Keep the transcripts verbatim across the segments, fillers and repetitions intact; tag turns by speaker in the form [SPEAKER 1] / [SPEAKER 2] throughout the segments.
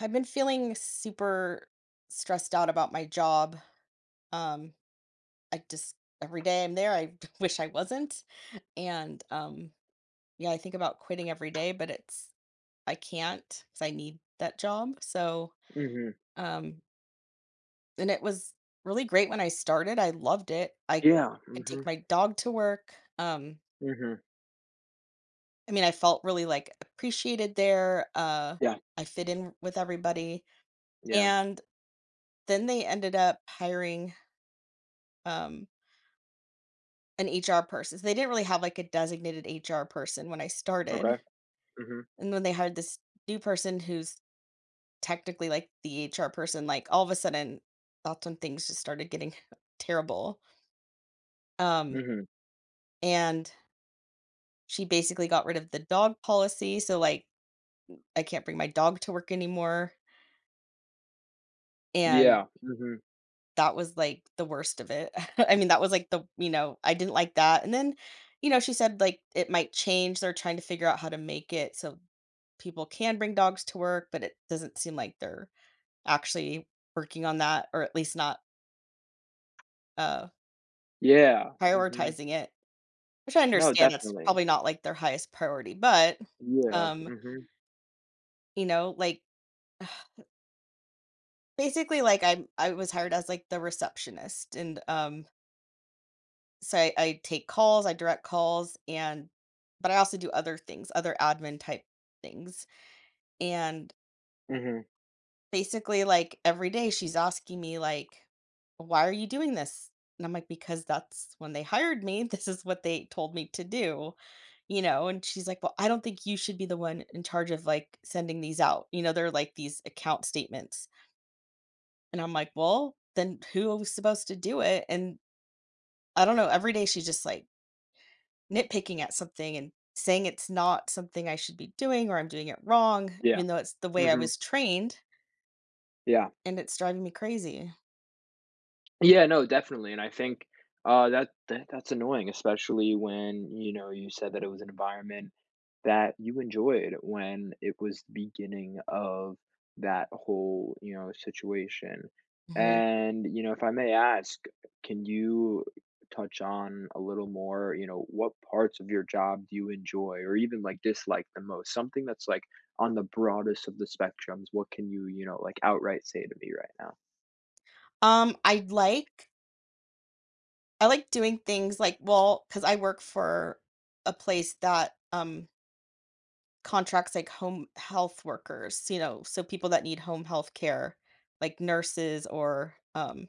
[SPEAKER 1] I've been feeling super stressed out about my job. Um, I just Every day I'm there, I wish I wasn't. And um, Yeah, I think about quitting every day, but it's I can't because I need that job. So
[SPEAKER 2] Mhm.
[SPEAKER 1] um, and it was really great when I started. I loved it. I
[SPEAKER 2] Yeah.
[SPEAKER 1] could take
[SPEAKER 2] Mhm.
[SPEAKER 1] my dog to work. Um,
[SPEAKER 2] Mhm.
[SPEAKER 1] I mean, I felt really like appreciated there. Uh,
[SPEAKER 2] Yeah.
[SPEAKER 1] I fit in with everybody,
[SPEAKER 2] Yeah.
[SPEAKER 1] and then they ended up hiring. Um, An H R person, so they didn't really have, like, a designated H R person when I started,
[SPEAKER 2] Okay. Mhm.
[SPEAKER 1] and when they hired this new person who's technically, like, the H R person, like, all of a sudden, that's when things just started getting terrible, um,
[SPEAKER 2] Mhm.
[SPEAKER 1] and she basically got rid of the dog policy, so, like, I can't bring my dog to work anymore, and
[SPEAKER 2] Yeah. Mhm.
[SPEAKER 1] that was, like, the worst of it. I mean, that was, like, the you know, I didn't like that, and then, you know, she said, like, it might change, they're trying to figure out how to make it so people can bring dogs to work, but it doesn't seem like they're actually working on that, or at least not, uh,
[SPEAKER 2] Yeah. Mhm.
[SPEAKER 1] prioritizing it, which I
[SPEAKER 2] No,
[SPEAKER 1] understand that's
[SPEAKER 2] definitely.
[SPEAKER 1] probably not, like, their highest priority, but,
[SPEAKER 2] Yeah.
[SPEAKER 1] um,
[SPEAKER 2] Mhm.
[SPEAKER 1] you know, like, basically, like, I'm I was hired as, like, the receptionist and, um so I, I take calls, I direct calls, and but I also do other things, other admin type things. And
[SPEAKER 2] Mhm.
[SPEAKER 1] basically, like every day, she's asking me like, "Why are you doing this?" And I'm like, "Because that's when they hired me. This is what they told me to do." You know, and she's like, "Well, I don't think you should be the one in charge of like sending these out. You know, they're like these account statements." And I'm like, "Well, then who was supposed to do it?" And I don't know. Every day she's just like nitpicking at something and saying it's not something I should be doing or I'm doing it wrong,
[SPEAKER 2] Yeah.
[SPEAKER 1] even though it's the way I
[SPEAKER 2] Mhm.
[SPEAKER 1] was trained,
[SPEAKER 2] Yeah.
[SPEAKER 1] and it's driving me crazy.
[SPEAKER 2] Yeah, no, definitely, and I think, uh, that that that's annoying, especially when, you know, you said that it was an environment that you enjoyed when it was the beginning of that whole, you know, situation,
[SPEAKER 1] Mhm.
[SPEAKER 2] and, you know, if I may ask, can you touch on a little more, you know, what parts of your job do you enjoy or even, like, dislike the most? Something that's, like, on the broadest of the spectrums, what can you, you know, like, outright say to me right now?
[SPEAKER 1] Um, I like I like doing things like well, because I work for a place that um contracts like home health workers, you know, so people that need home health care, like nurses or um,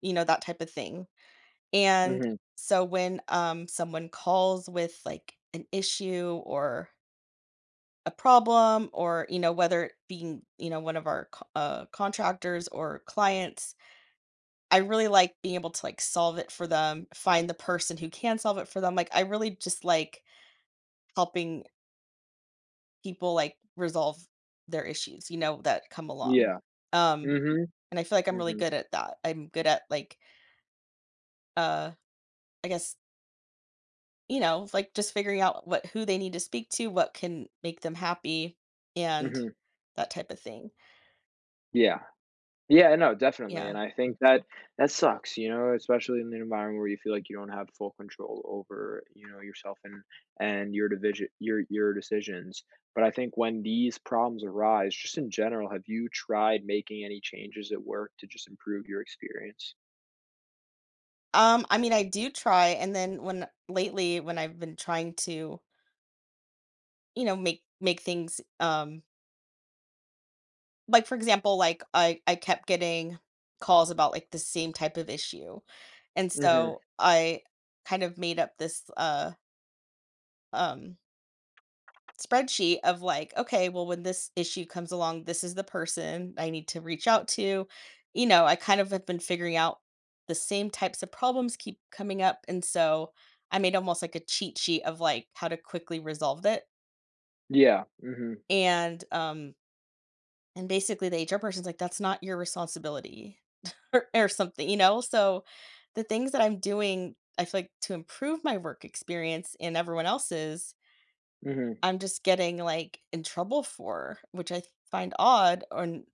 [SPEAKER 1] you know, that type of thing. And
[SPEAKER 2] Mhm.
[SPEAKER 1] so when um someone calls with like an issue or a problem, or you know whether it being you know one of our co- uh, contractors or clients, I really like being able to like solve it for them, find the person who can solve it for them. Like, I really just like helping people like resolve their issues, you know, that come along.
[SPEAKER 2] Yeah.
[SPEAKER 1] um
[SPEAKER 2] Mhm.
[SPEAKER 1] and I feel like I'm really
[SPEAKER 2] Mhm,
[SPEAKER 1] good at that. I'm good at like, uh I guess, you know, like just figuring out what, who they need to speak to, what can make them happy, and
[SPEAKER 2] mhm.
[SPEAKER 1] that type of thing.
[SPEAKER 2] Yeah. Yeah, no, definitely,
[SPEAKER 1] Yeah.
[SPEAKER 2] and I think that that sucks, you know, especially in an environment where you feel like you don't have full control over, you know, yourself and and your division your your decisions. But I think when these problems arise, just in general, have you tried making any changes at work to just improve your experience?
[SPEAKER 1] Um, I mean, I do try, and then when lately when I've been trying to, you know, make make things, um like for example, like I I kept getting calls about like the same type of issue. And
[SPEAKER 2] Mhm.
[SPEAKER 1] so I kind of made up this uh um spreadsheet of like, okay, well, when this issue comes along, this is the person I need to reach out to. You know, I kind of have been figuring out the same types of problems keep coming up. And so I made almost like a cheat sheet of like how to quickly resolve it.
[SPEAKER 2] Yeah. Mhm.
[SPEAKER 1] And um and basically the H R person's like, that's not your responsibility. or, or something, you know? So the things that I'm doing, I feel like to improve my work experience and everyone else's,
[SPEAKER 2] Mhm.
[SPEAKER 1] I'm just getting, like, in trouble for, which I find odd on,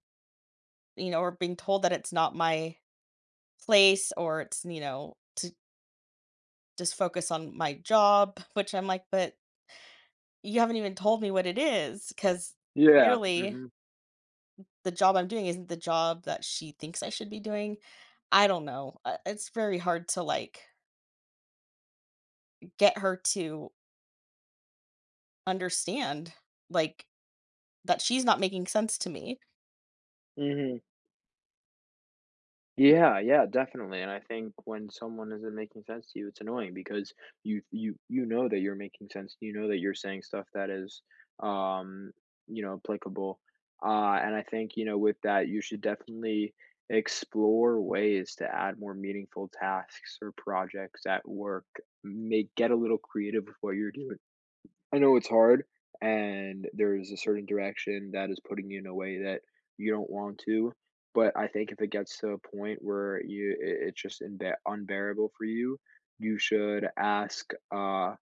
[SPEAKER 1] you know, or being told that it's not my place, or it's, you know, to just focus on my job, which I'm like, "But you haven't even told me what it is, because
[SPEAKER 2] Yeah.
[SPEAKER 1] clearly
[SPEAKER 2] Mhm.
[SPEAKER 1] the job I'm doing isn't the job that she thinks I should be doing." I don't know. Uh, it's very hard to, like, get her to understand, like, that she's not making sense to me.
[SPEAKER 2] Mhm. Yeah, yeah, definitely. And I think when someone isn't making sense to you, it's annoying because you you you know that you're making sense. You know that you're saying stuff that is um, you know, applicable. Uh and I think, you know, with that you should definitely explore ways to add more meaningful tasks or projects at work. Make get a little creative with what you're doing. I know it's hard, and there is a certain direction that is putting you in a way that you don't want to. But I think if it gets to a point where you it, it's just unbe- unbearable for you, you should ask uh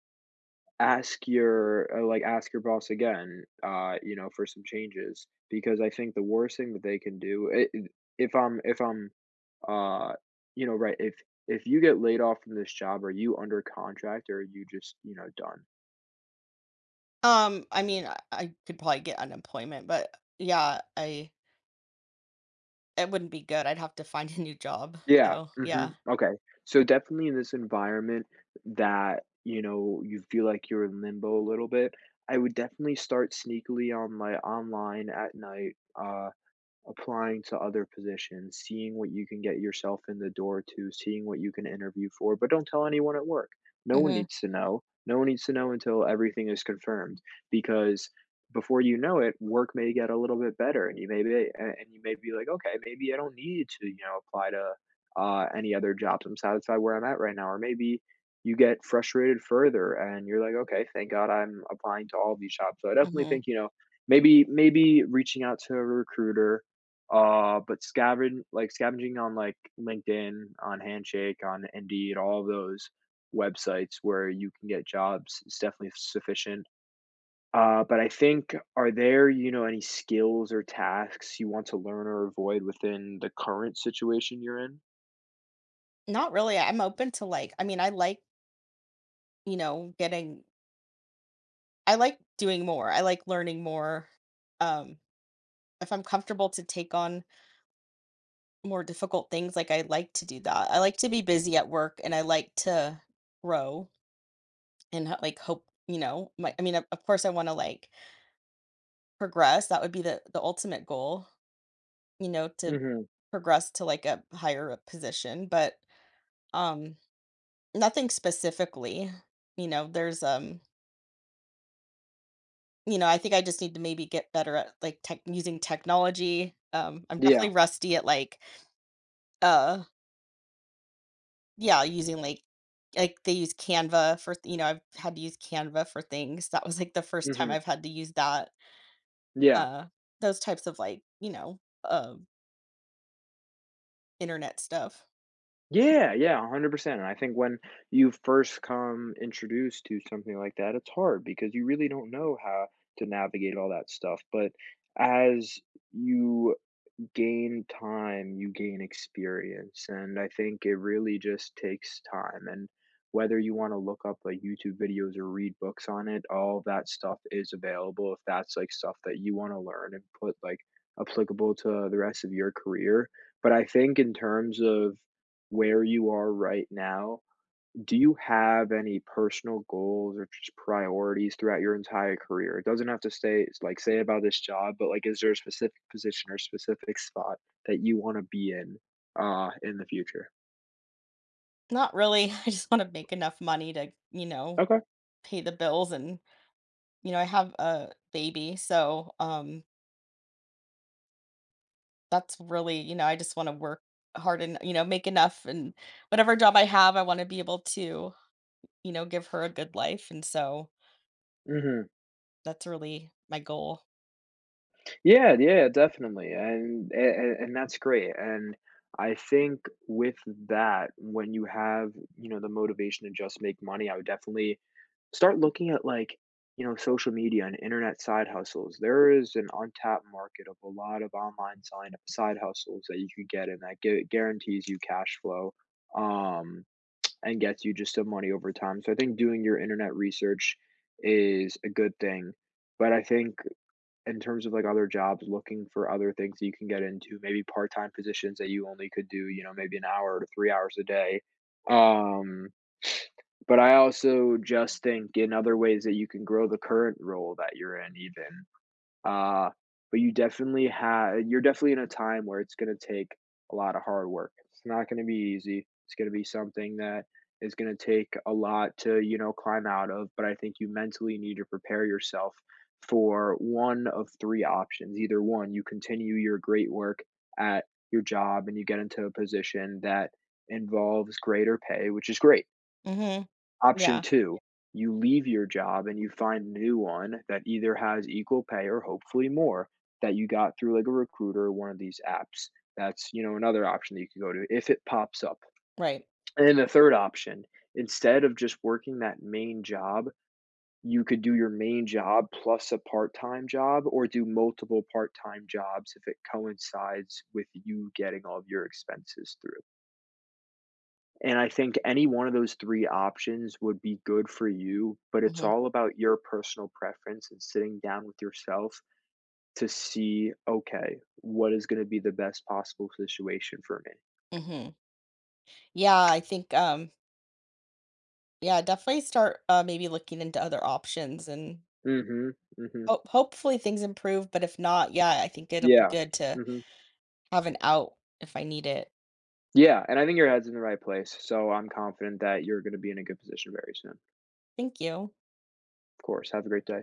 [SPEAKER 2] ask your uh, like ask your boss again uh you know for some changes, because I think the worst thing that they can do, i i- if I'm if I'm uh you know right, if if you get laid off from this job, are you under contract or are you just, you know, done?
[SPEAKER 1] Um, I mean, I I could probably get unemployment, but yeah, I it wouldn't be good. I'd have to find a new job.
[SPEAKER 2] Yeah,
[SPEAKER 1] So,
[SPEAKER 2] mhm,
[SPEAKER 1] yeah.
[SPEAKER 2] okay. So definitely in this environment that, you know, you feel like you're in limbo a little bit, I would definitely start sneakily on my online at night, uh applying to other positions, seeing what you can get yourself in the door to, seeing what you can interview for, but don't tell anyone at work. No one
[SPEAKER 1] Mhm.
[SPEAKER 2] needs to know. No one needs to know until everything is confirmed, because before you know it, work may get a little bit better and you may be a- and you may be like, okay, maybe I don't need to, you know, apply to uh, any other jobs. I'm satisfied where I'm at right now. Or maybe you get frustrated further and you're like, okay, thank God I'm applying to all these jobs. So I definitely
[SPEAKER 1] Mhm.
[SPEAKER 2] think, you know, maybe maybe reaching out to a recruiter, uh, but scaven like, scavenging on, like, LinkedIn, on Handshake, on Indeed. All of those websites where you can get jobs is definitely sufficient. Uh, but I think, are there, you know, any skills or tasks you want to learn or avoid within the current situation you're in?
[SPEAKER 1] Not really. I'm open to like I mean, I like, you know, getting I like doing more. I like learning more. Um, if I'm comfortable to take on more difficult things, like I like to do that. I like to be busy at work and I like to grow and ho- like hope, you know, my I mean, of of course I want to like progress. That would be the the ultimate goal. You know, to
[SPEAKER 2] Mhm.
[SPEAKER 1] progress to like a higher up position, but um nothing specifically. You know, there's um you know, I think I just need to maybe get better at like tech using technology. Um I'm
[SPEAKER 2] Yeah.
[SPEAKER 1] definitely rusty at like, uh yeah, using like like they use Canva for th- you know, I've had to use Canva for things. That was like the first time
[SPEAKER 2] Mhm.
[SPEAKER 1] I've had to use that.
[SPEAKER 2] Yeah.
[SPEAKER 1] Uh those types of like, you know, uh, internet stuff.
[SPEAKER 2] Yeah, yeah, one hundred percent, and I think when you first come introduced to something like that, it's hard because you really don't know how to navigate all that stuff, but as you gain time, you gain experience. And I think it really just takes time. And whether you want to look up like YouTube videos or read books on it, all that stuff is available if that's like stuff that you want to learn and put like applicable to the rest of your career. But I think in terms of where you are right now, do you have any personal goals or just priorities throughout your entire career? It doesn't have to stay like, say about this job, but, like, is there a specific position or specific spot that you wanna be in, uh, in the future?
[SPEAKER 1] Not really. I just want to make enough money to, you know,
[SPEAKER 2] Okay.
[SPEAKER 1] pay the bills and you know, I have a baby, so, um, that's really you know, I just wanna work hard and, you know, make enough and whatever job I have, I wanna be able to, you know, give her a good life, and so
[SPEAKER 2] Mhm.
[SPEAKER 1] that's really my goal.
[SPEAKER 2] Yeah, yeah, definitely, and and and that's great, and I think with that, when you have, you know, the motivation to just make money, I would definitely start looking at, like, you know, social media and internet side hustles. There is an untapped market of a lot of online side side hustles that you could get and that gu guarantees you cash flow, um, and gets you just some money over time, so I think doing your internet research is a good thing, but I think in terms of, like, other jobs, looking for other things that you can get into, maybe part-time positions that you only could do, you know, maybe an hour to three hours a day. Um, but I also just think in other ways that you can grow the current role that you're in even. Uh, but you definitely have you're definitely in a time where it's gonna take a lot of hard work. It's not gonna be easy. It's gonna be something that is gonna take a lot to, you know, climb out of. But I think you mentally need to prepare yourself for one of three options. Either one, you continue your great work at your job and you get into a position that involves greater pay, which is great.
[SPEAKER 1] Mhm.
[SPEAKER 2] Option
[SPEAKER 1] Yeah.
[SPEAKER 2] two, you leave your job and you find a new one that either has equal pay or hopefully more, that you got through, like, a recruiter or one of these apps. That's, you know, another option that you could go to if it pops up.
[SPEAKER 1] Right.
[SPEAKER 2] And then the third option, instead of just working that main job, you could do your main job plus a part-time job or do multiple part-time jobs if it coincides with you getting all of your expenses through. And I think any one of those three options would be good for you, but it's
[SPEAKER 1] Mhm.
[SPEAKER 2] all about your personal preference and sitting down with yourself to see, "Okay, what is gonna be the best possible situation for me?"
[SPEAKER 1] Mhm. Yeah, I think, um yeah, definitely start, uh, maybe looking into other options, and
[SPEAKER 2] Mhm, mhm.
[SPEAKER 1] ho hopefully things improve, but if not, yeah, I think it'll be
[SPEAKER 2] Yeah,
[SPEAKER 1] good to
[SPEAKER 2] mhm.
[SPEAKER 1] have an out if I need it.
[SPEAKER 2] Yeah, and I think your head's in the right place, so I'm confident that you're gonna be in a good position very soon.
[SPEAKER 1] Thank you.
[SPEAKER 2] Of course, have a great day.